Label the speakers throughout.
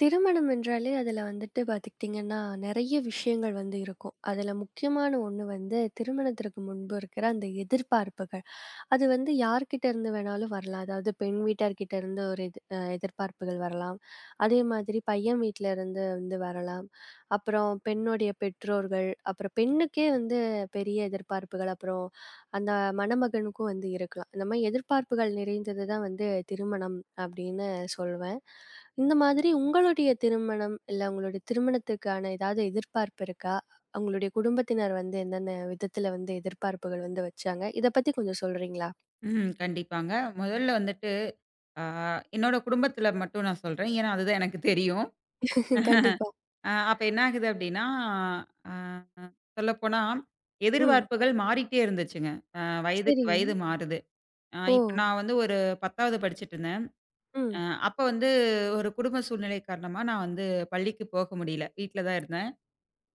Speaker 1: திருமணம் என்றாலே அதில வந்துட்டு பார்த்துக்கிட்டிங்கன்னா, நெறைய விஷயங்கள் வந்து இருக்கும். அதில முக்கியமான ஒண்ணு வந்து திருமணத்திற்கு முன்பு இருக்கிற அந்த எதிர்பார்ப்புகள். அது வந்து யார்கிட்ட இருந்து வேணாலும் வரலாம். அதாவது பெண் வீட்டார்கிட்ட இருந்து ஒரு எதிர்பார்ப்புகள் வரலாம். அதே மாதிரி பையன் வீட்ல இருந்து வந்து வரலாம். அப்புறம் பெண்ணுடைய பெற்றோர்கள், அப்புறம் பெண்ணுக்கே வந்து பெரிய எதிர்பார்ப்புகள், அப்புறம் அந்த மணமகனுக்கும் வந்து இருக்கலாம். இந்த மாரி எதிர்பார்ப்புகள் நிறைந்தது தான் வந்து திருமணம் அப்படின்னு சொல்வேன். இந்த மாதிரி உங்களுடைய திருமணம், இல்ல உங்களுடைய திருமணத்துக்கான ஏதாவது எதிர்பார்ப்பு இருக்கா? உங்களுடைய குடும்பத்தினர் வந்து என்னென்ன விதத்துல வந்து எதிர்பார்ப்புகள் வந்து வச்சாங்க? இத பத்தி கொஞ்சம் சொல்றீங்களா?
Speaker 2: ம். கண்டிப்பாங்க. முதல்ல வந்துட்டு ஆ என்னோட குடும்பத்தில மட்டும் நான் சொல்றேன். ஏன்னா, அதுதான் எனக்கு தெரியும்.
Speaker 1: கண்டிப்பா.
Speaker 2: அப்ப என்ன ஆகுது அப்டின்னா, அ சொல்லப்போனா
Speaker 1: ம்.
Speaker 2: எதிர்பார்ப்புகள் மாறிட்டே இருந்துச்சுங்க. அ வயதுக்கு
Speaker 1: சரிங்க.
Speaker 2: வயது மாறுது.
Speaker 1: ஓ!
Speaker 2: இப்ப நான் வந்து ஒரு 10வது படிச்சுட்டுருந்தேன். அ
Speaker 1: ம்.
Speaker 2: அப்ப வந்து ஒரு குடும்ப சூழ்நிலை காரணமா நான் வந்து பள்ளிக்கு போக முடியல. வீட்ல தான் இருந்தேன்.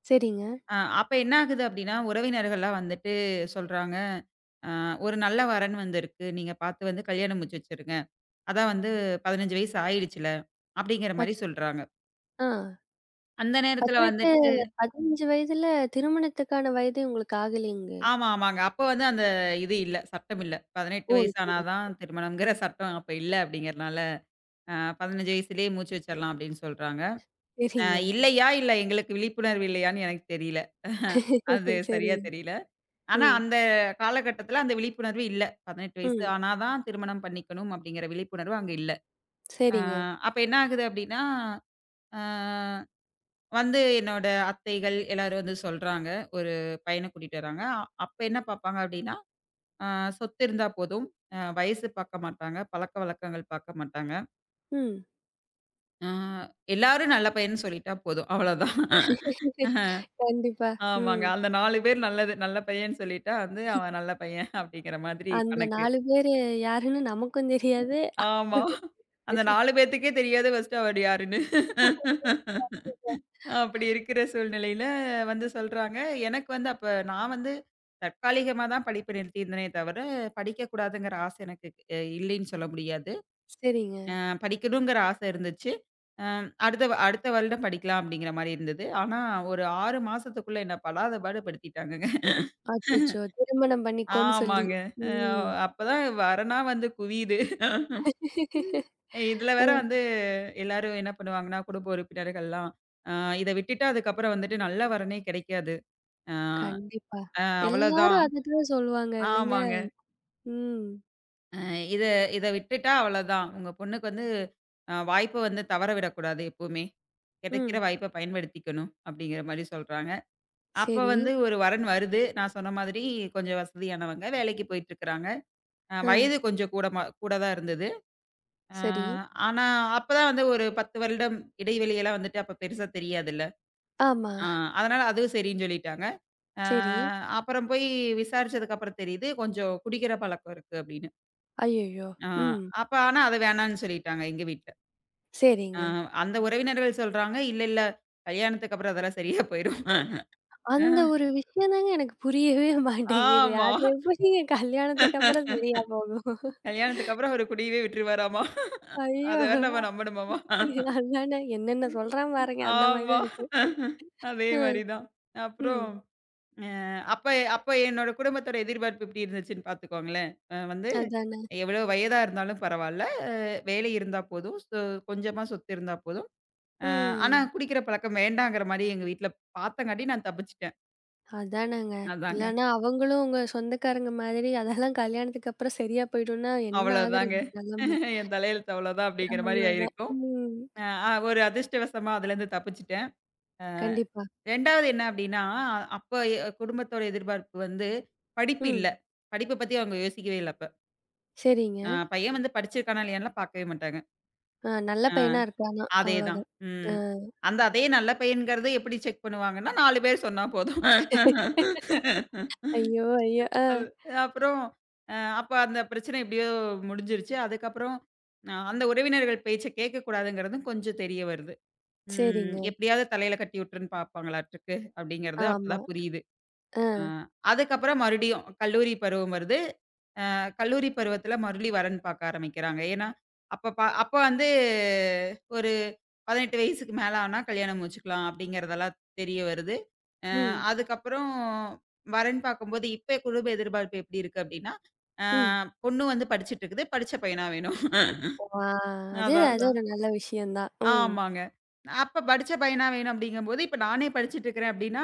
Speaker 1: சரிங்க.
Speaker 2: அ அப்ப என்ன ஆகுது அப்டின்னா, உறவினர்கள்லாம் வந்துட்டு சொல்றாங்க, "அ ஒரு நல்ல வரன் வந்திருக்கு. நீங்க பார்த்து வந்து கல்யாணம் முடிச்சு வச்சுருங்க." அதான் வந்து 15 வயசு ஆயிடுச்சுல, அப்படிங்கிற மாரி
Speaker 1: மத்
Speaker 2: சொல்றாங்க.
Speaker 1: ஆ
Speaker 2: அந்த நேரத்துல
Speaker 1: 18
Speaker 2: வந்துட்டு
Speaker 1: 15 வயதுல திருமணத்துக்கான வயதே உங்களுக்கு ஆகலைங்க.
Speaker 2: ஆமா, ஆமாங்க. அப்ப வந்து அந்த இது இல்ல, சட்டம் இல்ல. 18
Speaker 1: ஓ!
Speaker 2: வயசு ஆனா
Speaker 1: சரி.
Speaker 2: தான் திருமணம்ங்கிற சட்டம் அப்ப இல்ல அப்படிங்கிறனால, அ 15 வயசுலயே மூச்சு வச்சிரலாம் அப்படின்னு சொல்றாங்க. அ
Speaker 1: சரிங்க.
Speaker 2: இல்லையா, இல்ல எங்களுக்கு விழிப்புணர்வு இல்லையான்னு எனக்கு தெரியல. அது சரியா
Speaker 1: சரிங்க.
Speaker 2: தெரியல. ஆனா
Speaker 1: ம்.
Speaker 2: அந்த காலகட்டத்துல அந்த விழிப்புணர்வு இல்ல. 18 வயசு
Speaker 1: ம்.
Speaker 2: ஆனா தான் திருமணம் பண்ணிக்கணும் அப்படிங்கிற விழிப்புணர்வு அங்க இல்ல. அ
Speaker 1: சரிங்க.
Speaker 2: அப்ப என்ன ஆகுது அப்படின்னா, அ வந்து என்னோட அத்தைகள் எல்லாரும் வந்து சொல்றாங்க. ஒரு பையன கூட்டிட்டு வராங்க. அப்ப என்ன பார்ப்பாங்க அப்டின்னா, அ சொத்து இருந்தா போதும். வயசு பார்க்க மாட்டாங்க. பழக்கவழக்கங்கள் பார்க்க மாட்டாங்க.
Speaker 1: ம்.
Speaker 2: அ எல்லாரும் நல்ல பையன்னு சொல்லிட்டா போதும். அவ்வளோதான்.
Speaker 1: கண்டிப்பா.
Speaker 2: ஆமாங்க.
Speaker 1: ம்.
Speaker 2: அந்த 4 பேர் நல்லது நல்ல பையன்னு சொல்லிட்டா வந்து, அவன் நல்ல பையன் அப்டிங்கிற மாதிரி
Speaker 1: அந்த
Speaker 2: கணக்கு.
Speaker 1: 4 பேரு யாருன்னு நமக்கும் தெரியாது.
Speaker 2: ஆமா. அந்த 4 பேத்துக்கே தெரியாது ஃபர்ஸ்ட்டு அவர் யாருன்னு. அப்படி இருக்கிற சூழ்நிலையில வந்து சொல்றாங்க. எனக்கு வந்து அப்ப நான் வந்து தற்காலிகமா தான் படிப்ப நிறுத்தியிருந்தேனே தவிர, படிக்கக்கூடாதுங்கிற ஆசை எனக்கு இல்லைன்னு சொல்ல முடியாது.
Speaker 1: சரிங்க.
Speaker 2: படிக்கணுங்கிற ஆசை இருந்துச்சு. அ அடுத்த வருடம் படிக்கலாம் அப்படிங்கிற மாரி இருந்தது. ஆனா ஒரு 6 மாசத்துக்குள்ள என்ன படாத பாடு படுத்திட்டாங்கங்க.
Speaker 1: அச்சச்சோ! திருமணம் பண்ணிக்கோன்னு சொல்லி.
Speaker 2: ஆமாங்க. அ
Speaker 1: ம்.
Speaker 2: அப்பதான் வரனா வந்து குவியுது. ம். இதுல வேற
Speaker 1: அ
Speaker 2: வந்து எல்லாரும் என்ன பண்ணுவாங்கன்னா, குடும்ப உறுப்பினர்கள்லாம், "அ இத விட்டுட்டா அதுக்கப்புறம் வந்துட்டு நல்ல வரனே கிடைக்காது." ஆ,
Speaker 1: கண்டிப்பா.
Speaker 2: அவ்வளோதான்.
Speaker 1: எல்லாரும் அததான் சொல்லுவாங்க இல்லைங்க?
Speaker 2: ஆமாங்க.
Speaker 1: ம்.
Speaker 2: அ இத இத விட்டுட்டா அவ்வளோதான். உங்க பொண்ணுக்கு வந்து வாய்ப்ப வந்து தவற விடக்கூடாது எப்பவுமே. கிடைக்கிற
Speaker 1: ம்.
Speaker 2: வாய்ப்ப பயன்படுத்திக்கணும் அப்படிங்கிற மாரி சொல்றாங்க. அப்ப
Speaker 1: சரி.
Speaker 2: வந்து ஒரு வரன் வருது. நான் சொன்ன மாதிரி கொஞ்சம் வசதியானவங்க. வேலைக்கு போயிட்டுருக்கிறாங்க.
Speaker 1: ஆ.
Speaker 2: வயது கொஞ்சம் கூடமா கூட தான் இருந்தது. அ
Speaker 1: சரி.
Speaker 2: ஆனா அப்பதான் வந்து ஒரு 10 வருடம் இடைவெளியெல்லாம் வந்துட்டு அப்ப பெருசா தெரியாதுல்ல.
Speaker 1: ஆமா.
Speaker 2: ஆ அதனால அதுவும் சரின்னு சொல்லிட்டாங்க. அ
Speaker 1: சரி.
Speaker 2: அப்புறம் போய் விசாரிச்சதுக்கு அப்புறம் தெரியுது, கொஞ்சம் குடிக்கிற பழக்கம் இருக்கு அப்படின்னு.
Speaker 1: அய்யய்யோ!
Speaker 2: ஆ,
Speaker 1: ம்.
Speaker 2: அப்ப ஆனா அது வேணான்னு சொல்லிட்டாங்க எங்க வீட்ல. அ
Speaker 1: சரிங்க.
Speaker 2: அந்த உறவினர்கள் சொல்றாங்க, "இல்ல, இல்ல கல்யாணத்துக்கு அப்புறம் அதெல்லாம் சரியா போயிரும்." அ
Speaker 1: அந்த ஒரு விஷயம் தாங்க எனக்கு புரியவே மாட்டேங்குது.
Speaker 2: ஆமா.
Speaker 1: அது எப்படிங்க கல்யாணத்துக்கு அப்புறம் சரியா போகும்?
Speaker 2: கல்யாணத்துக்கு அப்புறம் அவரு குடியவே விட்டுருவாராமா. அத
Speaker 1: ஐயோ!
Speaker 2: வேற நம்ம நம்பணுமாமா?
Speaker 1: அதானே, என்னென்ன
Speaker 2: ம்.
Speaker 1: சொல்றான் பாருங்க. அந்த மாரி
Speaker 2: ஆமா.
Speaker 1: தான் இருக்கு.
Speaker 2: அஹ. அதே மாரி
Speaker 1: அ,
Speaker 2: தான். அப்புறம்
Speaker 1: ம்.
Speaker 2: அ அப்ப அப்ப என்னோட குடும்பத்தோட எதிர்பார்ப்பு எப்டி இருந்துச்சுன்னு பார்த்துக்கோங்களேன். வந்து
Speaker 1: அதானே.
Speaker 2: எவ்வளோ வயதா இருந்தாலும் பரவால்ல, அ வேலை இருந்தா போதும், கொஞ்சமா சொத்து இருந்தா போதும். அ ஆனா
Speaker 1: ம்.
Speaker 2: குடிக்கிற பழக்கம் வேண்டாங்கிற மாரி எங்க வீட்ல பாத்தங்காட்டி நான் தப்பிச்சுட்டேன்.
Speaker 1: அதானேங்க.
Speaker 2: அதாங்க.
Speaker 1: இல்லன்னா அவங்களும் உங்க சொந்தக்காரங்க மாதிரி, அதெல்லாம் கல்யாணத்துக்கு அப்புறம் சரியா போயிடும்னா, என்ன ஆகுறது
Speaker 2: அவ்வளோதாங்க.
Speaker 1: நெலம?
Speaker 2: என் தலையெழுத்து அவ்வளோதான் அப்படிங்கிற மாரி
Speaker 1: அவ்வளோதான்.
Speaker 2: ஆயிருக்கும்.
Speaker 1: ம்.
Speaker 2: அ அ ஒரு அதிர்ஷ்டவசமா அதுலருந்து தப்பிச்சுட்டேன். அ
Speaker 1: கண்டிப்பா.
Speaker 2: 2வது என்ன அப்படின்னா, அப்ப குடும்பத்தோட எதிர்பார்ப்பு வந்து படிப்பு
Speaker 1: ம்.
Speaker 2: இல்ல. படிப்ப பத்தி அவங்க யோசிக்கவே இல்ல அப்ப.
Speaker 1: சரிங்க.
Speaker 2: பையன் வந்து படிச்சிருக்கானா இல்லையான்லாம் பாக்கவே மாட்டாங்க.
Speaker 1: அ நல்ல
Speaker 2: அ
Speaker 1: பையனா இருக்கானா,
Speaker 2: அதேதான்.
Speaker 1: அவ்வளோதான். அ.
Speaker 2: ம். அந்த அதே நல்ல பையன்ங்கிறது எப்படி செக் பண்ணுவாங்கன்னா, 4 பேர் சொன்னா போதும்.
Speaker 1: ஐயோ! ஐயோ! அ.
Speaker 2: அது அப்புறம் அப்ப அந்த பிரச்சனை எப்படியோ முடிஞ்சிருச்சு. அதுக்கப்புறம் அந்த உறவினர்கள் பேச்ச கேட்கக்கூடாதுங்கிறதும் கொஞ்சம் தெரிய வருது. ம்
Speaker 1: சரிங்க.
Speaker 2: எப்படியாவது தலையில கட்டி விட்டுருன்னு பார்ப்பாங்களாட்டுருக்கு அப்படிங்கிறது
Speaker 1: ஆமா.
Speaker 2: அப்பதான் புரியுது.
Speaker 1: அ.
Speaker 2: அ அதுக்கப்புறம் மறுபடியும் கல்லூரி பருவம் வருது. கல்லூரி பருவத்துல மறுபடி வரன் பார்க்க ஆரம்பிக்கிறாங்க. ஏன்னா, அப்ப வந்து ஒரு 18 வயசுக்கு மேல ஆனா கல்யாணம் முடிச்சுக்கலாம் அப்படிங்கிறதெல்லாம் தெரிய வருது. அ
Speaker 1: ம்.
Speaker 2: அதுக்கப்புறம் வரன் பார்க்கும்போது, இப்ப குடும்ப எதிர்பார்ப்பு எப்படி இருக்கு அப்படின்னா, அ
Speaker 1: ம்.
Speaker 2: பொண்ணு வந்து படிச்சுட்டு இருக்குது. படிச்ச பையனா வேணும்.
Speaker 1: ஆ அது
Speaker 2: அதான்,
Speaker 1: அது
Speaker 2: அதான்.
Speaker 1: ஒரு நல்ல விஷயம் தான். ம்.
Speaker 2: ஆமாங்க. அப்ப படிச்ச பையனா வேணும் அப்படிங்கும்போது, இப்ப நானே படிச்சுட்டு இருக்கிறேன் அப்படின்னா,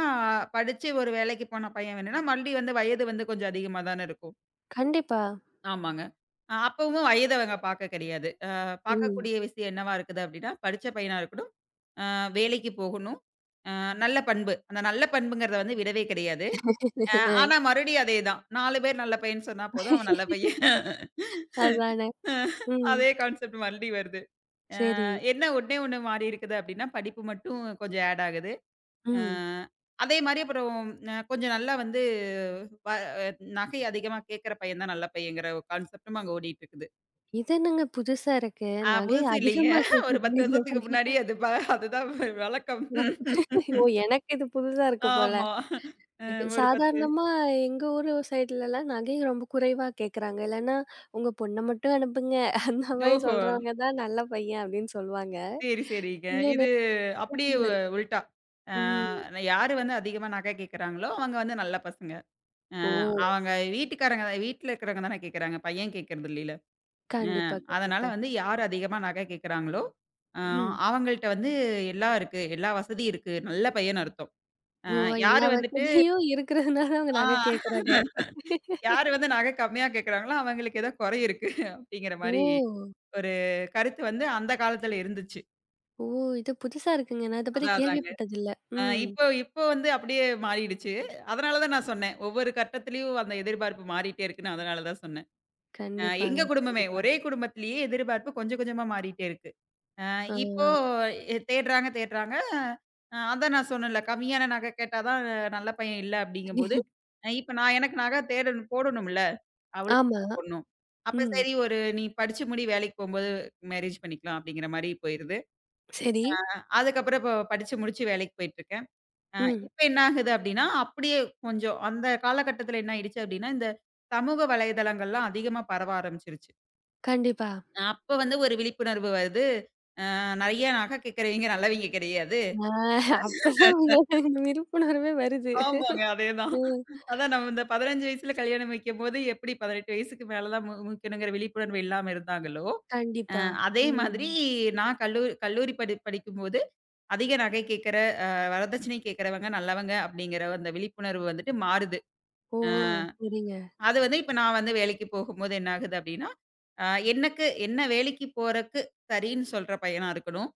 Speaker 2: படிச்சு ஒரு வேலைக்கு போன பையன் வேணும்னா, மறுபடியும் வந்து வயது வந்து கொஞ்சம் அதிகமா தானே இருக்கும்.
Speaker 1: கண்டிப்பா.
Speaker 2: ஆமாங்க. அப்பவும் வயத அவங்க பாக்க கிடையாது.
Speaker 1: ம்.
Speaker 2: பார்க்கக்கூடிய விஷயம் என்னவா இருக்குது அப்படின்னா, படிச்ச பையனா இருக்கணும், அ வேலைக்கு போகணும், அ நல்ல பண்பு. அந்த நல்ல பண்புங்கிறத வந்து விடவே கிடையாது.
Speaker 1: அ.
Speaker 2: ஆனா மறுபடியும் அதேதான். 4 பேர் நல்ல பையன்னு சொன்னா போதும், அவன் நல்ல பையன்.
Speaker 1: அதானே.
Speaker 2: அஹ்
Speaker 1: ம்.
Speaker 2: அதே கான்செப்ட் மறுபடியும் வருது. அ
Speaker 1: சரி.
Speaker 2: என்ன ஒண்ணே ஒண்ணு மாறி இருக்குது அப்படின்னா, படிப்பு மட்டும் கொஞ்சம் ஆட் ஆகுது. அ
Speaker 1: ம்.
Speaker 2: அதே மாரி அப்புறம் கொஞ்சம் நல்லா வந்து வ நகை அதிகமா கேட்கிற பையன் தான் நல்ல பையன்ங்கிற ஒரு கான்செப்டும் அங்க ஓடிட்டு இருக்குது.
Speaker 1: இது என்னங்க புதுசா இருக்கு.
Speaker 2: ஆ
Speaker 1: நகை
Speaker 2: புதுசு இல்லைங்க.
Speaker 1: அதிகமா
Speaker 2: ஒரு 10
Speaker 1: கேக்குதுங்கிற
Speaker 2: வருஷத்துக்கு
Speaker 1: பையன்.
Speaker 2: முன்னாடி அதுதான் வழக்கம்.
Speaker 1: ஓ! எனக்கு இது புதுசா இருக்கு போல.
Speaker 2: ஆமா. அ ஒரு 10
Speaker 1: சாதாரணமா எங்க ஊரு சைடுலலாம் நகை ரொம்ப குறைவா கேக்குறாங்க. இல்லன்னா உங்க பொண்ண மட்டும் அனுப்புங்க. அந்த மாரி
Speaker 2: ஓஹோ!
Speaker 1: சொல்றவங்க தான் நல்ல பையன் அப்படின்னு சொல்லுவாங்க.
Speaker 2: சரி, சரிங்க.
Speaker 1: இங்க
Speaker 2: இது அப்படியே
Speaker 1: நேர்மாறா இருக்கு.
Speaker 2: உல்ட்டா. ஆ
Speaker 1: ம்.
Speaker 2: யாரு வந்து அதிகமா நகை கேட்கறாங்களோ, அவங்க வந்து நல்ல பசங்க. அ
Speaker 1: ஓ!
Speaker 2: அவங்க வீட்டுக்காரங்க வீட்ல இருக்கிறவங்க தானே கேட்கறாங்க. பையன் கேட்கறது இல்லைல. அ
Speaker 1: கண்டிப்பா,
Speaker 2: அதனால
Speaker 1: கண்டிப்பா.
Speaker 2: வந்து யார் அதிகமா நகை கேட்கறாங்களோ, அ
Speaker 1: ம்.
Speaker 2: அவங்கள்ட்ட வந்து எல்லாம் இருக்கு. எல்லா வசதியும் இருக்கு. நல்ல பையன்னு அர்த்தம். அ
Speaker 1: ஓ!
Speaker 2: யாரு
Speaker 1: எல்லா
Speaker 2: வந்துட்டு
Speaker 1: வசதியும் இருக்கிறதுனால அவங்க
Speaker 2: ஆ.
Speaker 1: நகை கேக்குறாங்க.
Speaker 2: யாரு வந்து நகை கம்மியா கேட்கறாங்களோ, அவங்களுக்கு ஏதோ குறை இருக்கு அப்படிங்கிற
Speaker 1: ஓ!
Speaker 2: மாரி ஒரு கருத்து வந்து அந்த காலத்துல இருந்துச்சு.
Speaker 1: ஓ! இது புதுசா இருக்குங்க. நான் இத பத்தி
Speaker 2: அதான் அதாங்க.
Speaker 1: கேள்விப்பட்டதில்ல. ம்.
Speaker 2: இப்போ இப்போ வந்து அப்படியே மாறிடுச்சு. அதனால தான் நான் சொன்னேன். ஒவ்வொரு கட்டத்திலயும் அந்த எதிர்பார்ப்பு மாறிட்டே இருக்குன்னு அதனால தான் சொன்னேன்.
Speaker 1: கண்டிப்பாங்க,
Speaker 2: எங்க குடும்பமே
Speaker 1: கண்டிப்பா.
Speaker 2: ஒரே குடும்பத்திலேயே எதிர்பார்ப்பு கொஞ்சம் கொஞ்சமா மாறிட்டே இருக்கு. அ
Speaker 1: ஆ.
Speaker 2: இப்போ தேடுறாங்க தேடுறாங்க. அதான் நான் சொன்னேன்ல, கம்மியான நகை கேட்டா தான் நல்ல பையன் இல்ல அப்படிங்கும்போது, இப்ப நான் எனக்கு நகை தேடணும் போடணும்ல. அவ்வளோ
Speaker 1: ஆமா.
Speaker 2: பொண்ணும். அப்ப
Speaker 1: ம்.
Speaker 2: சரி ஒரு நீ படிச்சு முடி வேலைக்கு போம்போது மேரேஜ் பண்ணிக்கலாம் அப்படிங்கிற மாரி போயிருது.
Speaker 1: சரி.
Speaker 2: அ அதுக்கப்புறம் இப்போ படிச்சு முடிச்சு வேலைக்கு போயிட்டுருக்கேன். அ
Speaker 1: ம்.
Speaker 2: இப்ப என்ன ஆகுது அப்படின்னா, அப்படியே கொஞ்சம் அந்த காலகட்டத்தில என்ன ஆயிடுச்சு அப்படின்னா, இந்த சமூக வலைதளங்கள்லாம் அதிகமா பரவ ஆரம்பிச்சுருச்சு.
Speaker 1: கண்டிப்பா.
Speaker 2: அப்ப வந்து ஒரு விழிப்புணர்வு வருது. நெறைய நகை கேட்கிறவைங்க நல்லவைங்க கிடையாது.
Speaker 1: ஆ அப்பதான் உங்களுக்கு இந்த விழிப்புணர்வே வருது.
Speaker 2: ஆமாங்க. அதேதான்.
Speaker 1: ம்.
Speaker 2: அதான் நம்ம இந்த 15 வயசுல கல்யாணம் வைக்கும்போது எப்படி 18 வயசுக்கு மேல தான் முக்கணுங்கிற விழிப்புணர்வு இல்லாம இருந்தாங்களோ, அ
Speaker 1: கண்டிப்பா.
Speaker 2: அதே
Speaker 1: ம்.
Speaker 2: மாதிரி நான் கல்லூரி படிக்கும்போது அதிக நகை கேட்கிற, அ வரதட்சணை கேட்கிறவங்க நல்லவங்க அப்படிங்கிற அந்த விழிப்புணர்வு வந்துட்டு மாறுது.
Speaker 1: ஓ!
Speaker 2: அ
Speaker 1: சரிங்க.
Speaker 2: அது வந்து இப்ப நான் வந்து வேலைக்கு போகும்போது என்ன ஆகுது அப்படின்னா, அ எனக்கு என்ன வேலைக்கு போறக்கு சரின்னு சொல்ற பையனா இருக்கணும்.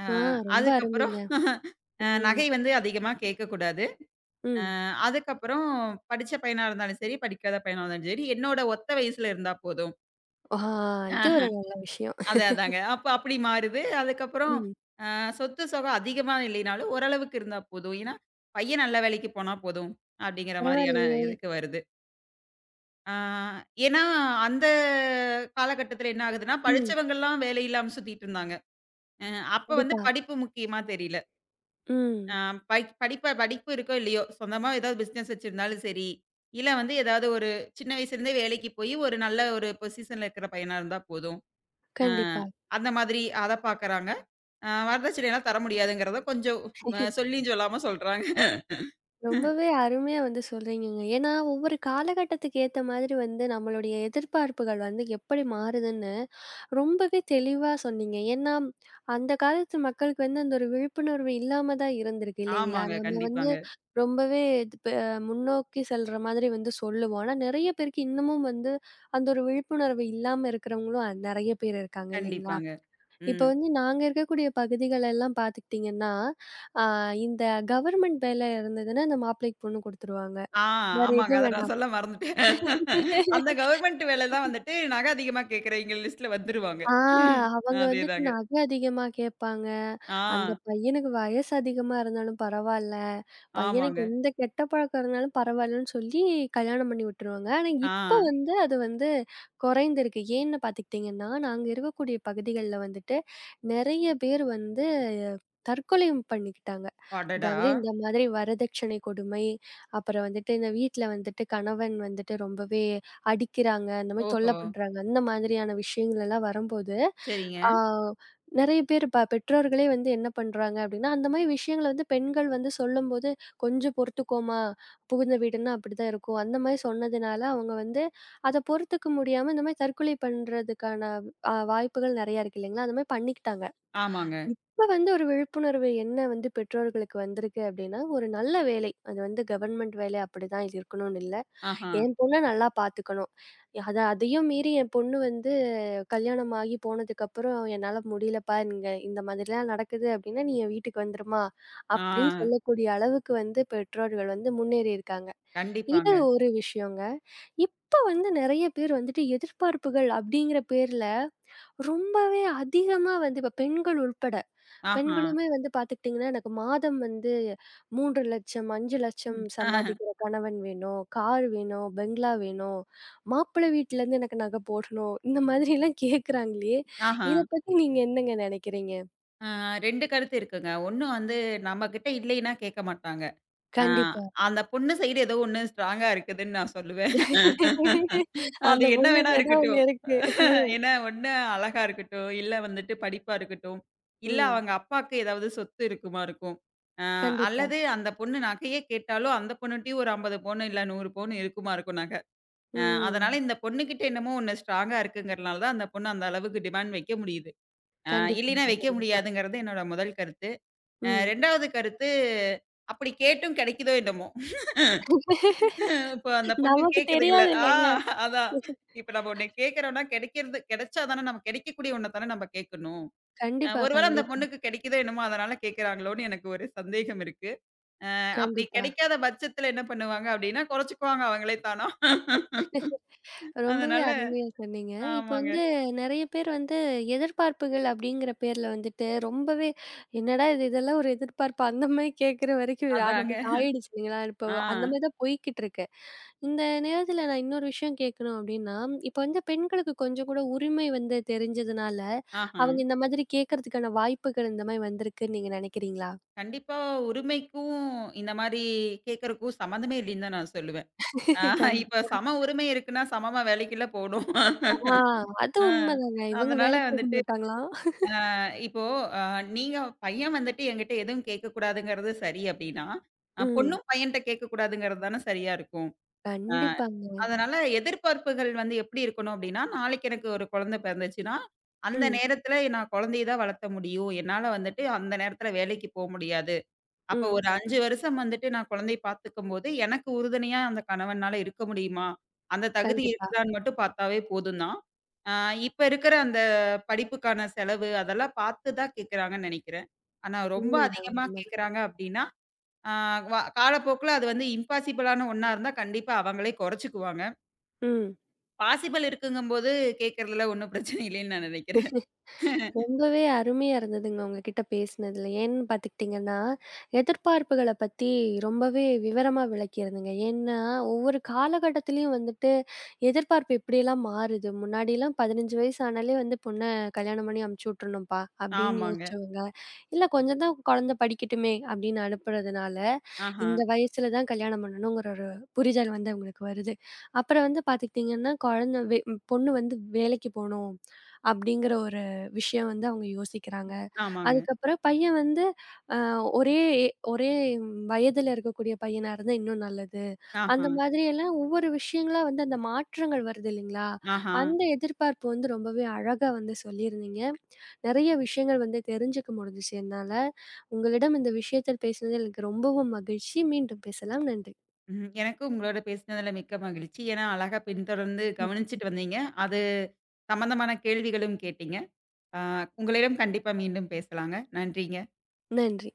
Speaker 2: அ
Speaker 1: ஆ ரொம்ப
Speaker 2: அதுக்கப்புறம்
Speaker 1: அருமைங்க. ம்.
Speaker 2: நகை வந்து அதிகமா கேட்கக்கூடாது.
Speaker 1: ம்.
Speaker 2: அதுக்கப்புறம் படிச்ச பையனா இருந்தாலும் சரி, படிக்காத பையனா இருந்தாலும் சரி, என்னோட ஒத்த வயசுல இருந்தா போதும்.
Speaker 1: ஆ இது
Speaker 2: அஹ்,
Speaker 1: ஒரு நல்ல விஷயம்.
Speaker 2: அது அதாங்க. அப்ப அப்படி மாறுது. அதுக்கப்புறம்
Speaker 1: ம்.
Speaker 2: அ சொத்து சுகம் அதிகமா இல்லைனாலும் ஓரளவுக்கு இருந்தா போதும். ஏன்னா, பையன் நல்ல வேலைக்கு போனா போதும் அப்படிங்கிற மாரியான
Speaker 1: பரவாயில்லையே!
Speaker 2: இதுக்கு வருது. ஆ ஏன்னா, அந்த காலகட்டத்தில என்ன ஆகுதுன்னா,
Speaker 1: ம்.
Speaker 2: படிச்சவங்கலாம் வேலை இல்லாம சுத்திட்டு இருந்தாங்க. அ அப்ப வந்து
Speaker 1: கண்டிப்பா.
Speaker 2: படிப்பு முக்கியமா தெரியல. ஆ
Speaker 1: ம்.
Speaker 2: படிப்பு இருக்கோ இல்லையோ, சொந்தமா ஏதாவது பிசினஸ் வச்சிருந்தாலும் சரி, இல்ல வந்து ஏதாவது ஒரு சின்ன வயசுலேருந்தே வேலைக்கு போயி, ஒரு நல்ல ஒரு பொசிஷன்ல இருக்கிற பையனா இருந்தா போதும். அ
Speaker 1: கண்டிப்பா.
Speaker 2: அந்த மாதிரி அத பாக்குறாங்க. வரதட்சணைலாம் தர முடியாதுங்கிறத கொஞ்சம் சொல்லியும் சொல்லாம சொல்றாங்க.
Speaker 1: ரொம்பவே அருமையா வந்து சொல்றீங்கங்க. ஏன்னா, ஒவ்வொரு காலகட்டத்துக்கு ஏத்த மாதிரி வந்து நம்மளுடைய எதிர்பார்ப்புகள் வந்து எப்படி மாறுதுன்னு ரொம்பவே தெளிவா சொன்னீங்க. ஏன்னா, அந்த காலத்து மக்களுக்கு வந்து அந்த ஒரு விழிப்புணர்வு இல்லாம தான் இருந்திருக்கு இல்லைங்களா?
Speaker 2: ஆமாங்க.
Speaker 1: நம்ம வந்து
Speaker 2: கண்டிப்பாங்க,
Speaker 1: ரொம்பவே இது முன்னோக்கி செல்ற மாதிரி வந்து சொல்லுவோம். ஆனா, நெறைய பேருக்கு இன்னமும் வந்து அந்த ஒரு விழிப்புணர்வு இல்லாம இருக்கிறவங்களும் நெறைய பேர் இருக்காங்க இல்லைங்களா?
Speaker 2: கண்டிப்பாங்க.
Speaker 1: இப்ப
Speaker 2: ம்.
Speaker 1: வந்து நாங்க இருக்கக்கூடிய பகுதிகள் எல்லாம் பார்த்துக்கிட்டீங்கன்னா ஆ இந்த கவர்மெண்ட் வேலை இருந்ததுன்னா, அந்த மாப்பிள்ளைக்கு பொண்ணு குடுத்துருவாங்க.
Speaker 2: ஆ
Speaker 1: வேற
Speaker 2: ஆமாங்க.
Speaker 1: எதுவும்
Speaker 2: அத நான் சொல்ல மறந்துட்டேன். அந்த
Speaker 1: வேண்டாம்.
Speaker 2: கவர்மெண்ட் வேலை தான் வந்துட்டு நகை அதிகமா கேட்கிறவைங்க லிஸ்ட்ல வந்துருவாங்க.
Speaker 1: ஆ
Speaker 2: ம்,
Speaker 1: அவங்க வந்துட்டு
Speaker 2: அதேதாங்க.
Speaker 1: நகை அதிகமா கேட்பாங்க.
Speaker 2: ஆ
Speaker 1: அந்த பையனுக்கு வயசு அதிகமா இருந்தாலும் பரவால்ல. பையனுக்கு
Speaker 2: ஆமாங்க.
Speaker 1: எந்த கெட்ட பழக்கம் இருந்தாலும் பரவாயில்லன்னு சொல்லி கல்யாணம் பண்ணி விட்டுருவாங்க. ஆனா
Speaker 2: ஆ
Speaker 1: இப்ப வந்து அது வந்து குறைந்திருக்கு. ஏன்னு பார்த்துக்கிட்டிங்கன்னா, நாங்க இருக்கக்கூடிய பகுதிகள்ல வந்துட்டு நெறைய பேர் வந்து தற்கொலை பண்ணிக்கிட்டாங்க.
Speaker 2: அடடா!
Speaker 1: அதாவது இந்த மாதிரி வரதட்சணை கொடுமை, அப்புறம் வந்துட்டு இந்த வீட்ல வந்துட்டு கணவன் வந்துட்டு ரொம்பவே அடிக்கிறாங்க, அந்த மாரி
Speaker 2: ஓஹோ!
Speaker 1: தொல்ல பண்றாங்க. அந்த மாதிரியான விஷயங்கள் எல்லாம் வரும்போது,
Speaker 2: சரிங்க.
Speaker 1: ஆ நெறைய பேர் பெற்றோர்களே வந்து என்ன பண்றாங்க அப்டின்னா, அந்த மாரி விஷயங்கள வந்து பெண்கள் வந்து சொல்லும்போது, "கொஞ்சம் பொறுத்துக்கோமா, புகுந்த வீடுன்னா அப்படிதான் இருக்கும்." அந்த மாரி சொன்னதுனால, அவங்க வந்து அத பொறுத்துக்க முடியாம இந்த மாரி தற்கொலை பண்றதுக்கான வாய்ப்புகள் நெறையா இருக்கு இல்லைங்களா? அந்த மாரி பண்ணிக்கிட்டாங்க.
Speaker 2: ஆமாங்க.
Speaker 1: இப்ப வந்து ஒரு விழிப்புணர்வு என்ன வந்து பெற்றோர்களுக்கு வந்திருக்கு அப்டின்னா, ஒரு நல்ல வேலை. அது வந்து கவர்மெண்ட் வேலை அப்படிதான் இது இருக்கணும்னு இல்ல.
Speaker 2: ஆஹா.
Speaker 1: என் பொண்ண நல்லா பாத்துக்கணும். அத அதையும் மீறி என் பொண்ணு வந்து கல்யாணம் ஆகி போனதுக்கப்புறம், "என்னால முடியலப்பா, இங்க இந்த மாதிரிலாம் நடக்குது அப்படின்னா, நீ என் வீட்டுக்கு வந்துருமா?"
Speaker 2: ஆ.
Speaker 1: அப்படின்னு சொல்லக்கூடிய அளவுக்கு வந்து பெற்றோர்கள் வந்து முன்னேறி இருக்காங்க. இது
Speaker 2: கண்டிப்பாங்க.
Speaker 1: ஒரு விஷயங்க. இப்ப வந்து நெறைய பேர் வந்துட்டு எதிர்பார்ப்புகள் அப்படிங்கிற பேர்ல ரொம்பவே அதிகமா வந்து இப்ப பெண்கள் உள்பட
Speaker 2: ஆஹா.
Speaker 1: பெண்களுமே வந்து பார்த்துக்கிட்டிங்கன்னா, எனக்கு மாதம் வந்து 3,00,000, 5,00,000
Speaker 2: ம்.
Speaker 1: சம்பாதிக்கிற கணவன் வேணும், கார் வேணும், பெங்களா வேணும், மாப்பிள்ளை வீட்லேருந்து எனக்கு நகை போடணும், இந்த மாதிரிலாம் கேட்குறாங்களே,
Speaker 2: ஆஹா.
Speaker 1: இத பத்தி நீங்க என்னங்க நெனைக்கிறீங்க?
Speaker 2: ஆ 2 கருத்து இருக்குங்க. ஒண்ணு வந்து நம்மகிட்ட இல்லைன்னா கேட்க மாட்டாங்க. ஆ
Speaker 1: கண்டிப்பா.
Speaker 2: அந்த பொண்ணு சைடு ஏதோ ஒண்ணு ஸ்ட்ராங்கா இருக்குதுன்னு நான் சொல்லுவேன். அது
Speaker 1: அந்த
Speaker 2: என்ன வேணா
Speaker 1: பொண்ணுக்கு ஏதோ ஒண்ணு
Speaker 2: இருக்கட்டும்.
Speaker 1: இருக்கு.
Speaker 2: ஏன்னா ஒண்ணு அழகா இருக்கட்டும், இல்ல வந்துட்டு படிப்பா இருக்கட்டும், இல்ல
Speaker 1: ம்.
Speaker 2: அவங்க அப்பாக்கு ஏதாவது சொத்து இருக்குமா இருக்கும். ஆ
Speaker 1: கண்டிப்பா.
Speaker 2: அல்லது அந்த பொண்ணு நகையே கேட்டாலும் அந்த பொண்ணுட்டயும் ஒரு 50 பவுனு இல்ல 100 பவுனு இருக்குமா இருக்கும் நகை. அதனால
Speaker 1: ம்.
Speaker 2: இந்த பொண்ணுகிட்ட என்னமோ ஒண்ணு ஸ்ட்ராங்கா இருக்குங்கிறனால தான் அந்த பொண்ணு அந்த அளவுக்கு டிமாண்ட் வைக்க முடியுது. அ இல்லைன்னா
Speaker 1: கண்டிப்பாங்க,
Speaker 2: வைக்க
Speaker 1: கண்டிப்பா.
Speaker 2: முடியாதுங்கிறது என்னோட முதல் கருத்து.
Speaker 1: ம்.
Speaker 2: 2வது கருத்து, அப்படி கேட்டும் கிடைக்குதோ என்னமோ. இப்போ அந்த பொண்ணு
Speaker 1: நமக்கு
Speaker 2: கேட்குதுங்கல்ல.
Speaker 1: தெரியாது
Speaker 2: ஆ
Speaker 1: இல்லங்க.
Speaker 2: அதான். இப்ப நம்ம ஒண்ணு கேட்கிறோம்னா கிடைக்கிறது கிடைச்சா தானே நம்ம கிடைக்கக்கூடிய ஒண்ண தானே நம்ம கேட்கணும்.
Speaker 1: கண்டிப்பா,
Speaker 2: ஒரு வேளை அந்த
Speaker 1: கண்டிப்பா,
Speaker 2: பொண்ணுக்கு கிடைக்குதோ என்னமோ அதனால கேட்கிறாங்களோன்னு எனக்கு ஒரு சந்தேகம் இருக்கு. அப்படி
Speaker 1: கண்டிப்பா.
Speaker 2: கிடைக்காத பட்சத்துல என்ன பண்ணுவாங்க அப்படின்னா, குறைச்சுக்குவாங்க அவங்களே தானா.
Speaker 1: ரொம்பவே
Speaker 2: அதனால
Speaker 1: அருமையா சொன்னீங்க. இப்ப
Speaker 2: ஆமாங்க.
Speaker 1: வந்து நெறைய பேர் வந்து எதிர்பார்ப்புகள் அப்படிங்கிற பேர்ல வந்துட்டு ரொம்பவே "என்னடா இது இதெல்லாம் ஒரு எதிர்பார்ப்பா?" அந்த மாரி கேட்கிற வரைக்கும் இது
Speaker 2: அதாங்க.
Speaker 1: நமக்கு ஆயிடுச்சு இல்லைங்களா? இப்போ
Speaker 2: ஆ.
Speaker 1: அந்த மாரி தான் போய்க்கிட்டு இருக்கு. இந்த நேரத்துல நான் இன்னொரு விஷயம் கேட்கணும் அப்படின்னா, இப்ப வந்து பெண்களுக்கு கொஞ்சம் கூட உரிமை வந்து தெரிஞ்சதுனால,
Speaker 2: ஆஹா.
Speaker 1: அவங்க இந்த மாதிரி கேட்கறதுக்கான வாய்ப்புகள் இந்த மாரி வந்திருக்குன்னு நீங்க நெனைக்கிறீங்களா?
Speaker 2: கண்டிப்பா உரிமைக்கும், இந்த மாரி கேட்கறக்கும் சம்மந்தமே இல்லைன்னு தான் நான் சொல்லுவேன். ஆஹா இப்ப
Speaker 1: கண்டிப்பா.
Speaker 2: சம உரிமை இருக்குன்னா, சமமா வேலைக்குல்ல போணும்.
Speaker 1: ஆ அது
Speaker 2: ஆ
Speaker 1: உண்மைதாங்க. இவங்க
Speaker 2: அதனால
Speaker 1: வேலைக்கு போக
Speaker 2: வந்துட்டு,
Speaker 1: மாட்டாங்களா?
Speaker 2: அ இப்போ அ நீங்க பையன் வந்துட்டு என்கிட்ட எதுவும் கேட்கக்கூடாதுங்கிறது சரி அப்படின்னா,
Speaker 1: ம்.
Speaker 2: பொண்ணும் பையன்ட்ட கேட்கக்கூடாதுங்கிறது தானே சரியா இருக்கும். அ
Speaker 1: கண்டிப்பாங்க.
Speaker 2: அதனால எதிர்பார்ப்புகள் வந்து எப்படி இருக்கணும் அப்படின்னா, நாளைக்கு எனக்கு ஒரு குழந்தை பிறந்துச்சுன்னா, அந்த
Speaker 1: ம்,
Speaker 2: நேரத்துல நான் குழந்தைய தான் வளர்த்த முடியும். என்னால வந்துட்டு அந்த நேரத்துல வேலைக்கு போ முடியாது. அப்ப
Speaker 1: ம்.
Speaker 2: ஒரு 5 வருஷம் வந்துட்டு நான் குழந்தைய பார்த்துக்கும்போது, எனக்கு உறுதுணையா அந்த கணவனால இருக்க முடியுமா? அந்த தகுதி
Speaker 1: கண்டிப்பா.
Speaker 2: இருக்குதான்னு மட்டும் பார்த்தாவே போதும் தான். ஆ இப்ப இருக்கிற அந்த படிப்புக்கான செலவு அதெல்லாம் பார்த்து தான் கேட்குறாங்கன்னு நெனைக்கிறேன். ஆனா ரொம்ப
Speaker 1: உண்மைதான்,
Speaker 2: அதிகமா
Speaker 1: உண்மைதான்.
Speaker 2: கேட்குறாங்க அப்டின்னா, ஆ வ காலப்போக்குல அது வந்து இம்பாசிபிளான ஒண்ணா இருந்தா கண்டிப்பா அவங்களே குறைச்சுக்குவாங்க.
Speaker 1: ம்.
Speaker 2: பாசிபிள் இருக்குங்கும்போது கேட்கறதுல ஒண்ணும் பிரச்சனை இல்லைன்னு நான் நெனைக்கிறேன்.
Speaker 1: ரொம்பவே அருமையா இருந்ததுங்க உங்ககிட்ட பேசினதுல. ஏன்னு பார்த்துக்கிட்டிங்கன்னா, எதிர்பார்ப்புகள பத்தி ரொம்பவே விவரமா விளக்கியிருந்தீங்க. ஏன்னா, ஒவ்வொரு காலகட்டத்திலயும் வந்து எதிர்பார்ப்பு இப்படியெல்லாம் மாறுது. முன்னாடிலாம் 15 வயசு ஆனாலே வந்து பொண்ண கல்யாணம் பண்ணி அனுப்பிச்சு விட்டுரணும்ப்பா அப்படின்னு
Speaker 2: ஆமாங்க.
Speaker 1: யோசிச்சவங்க, இல்ல கொஞ்சம் தான் குழந்தை படிக்கட்டுமே அப்படின்னு அனுப்புறதுனால,
Speaker 2: ஆஹா.
Speaker 1: இந்த வயசுல தான் கல்யாணம் பண்ணணுங்கிற ஒரு புரிதல் வந்து அவங்களுக்கு வருது. அப்புறம் வந்து பார்த்துக்கிட்டீங்கன்னா, குழந்தை பொண்ணு வந்து வேலைக்கு போணும் அப்படிங்கிற ஒரு விஷயம் வந்து அவங்க யோசிக்கிறாங்க.
Speaker 2: ஆமாங்க.
Speaker 1: அதுக்கப்புறம் பையன் வந்து அ ஒரே ஒரே வயதுல இருக்கக்கூடிய பையனா இருந்தா இன்னும் நல்லது.
Speaker 2: ஆஹா.
Speaker 1: அந்த மாதிரி எல்லாம் ஒவ்வொரு விஷயங்களா வந்து அந்த மாற்றங்கள் வருது இல்லைங்களா?
Speaker 2: ஆஹா.
Speaker 1: அந்த எதிர்பார்ப்பு வந்து ரொம்பவே அழகா வந்து சொல்லியிருந்தீங்க. நெறைய விஷயங்கள் வந்து தெரிஞ்சுக்க முடிஞ்சுச்சு என்னால. உங்களிடம் இந்த விஷயத்தில் பேசினது எனக்கு ரொம்பவும் மகிழ்ச்சி. மீண்டும் பேசலாம். நன்றி.
Speaker 2: ம். எனக்கும் உங்களோட பேசினதுல மிக்க மகிழ்ச்சி. ஏன்னா, அழகா பின்தொடர்ந்து
Speaker 1: ம்.
Speaker 2: கவனிச்சுட்டு வந்தீங்க. அது சம்மந்தமான கேள்விகளும் கேட்டீங்க. ஆ உங்களிடம் கண்டிப்பா மீண்டும் பேசலாங்க. நன்றிங்க.
Speaker 1: நன்றி.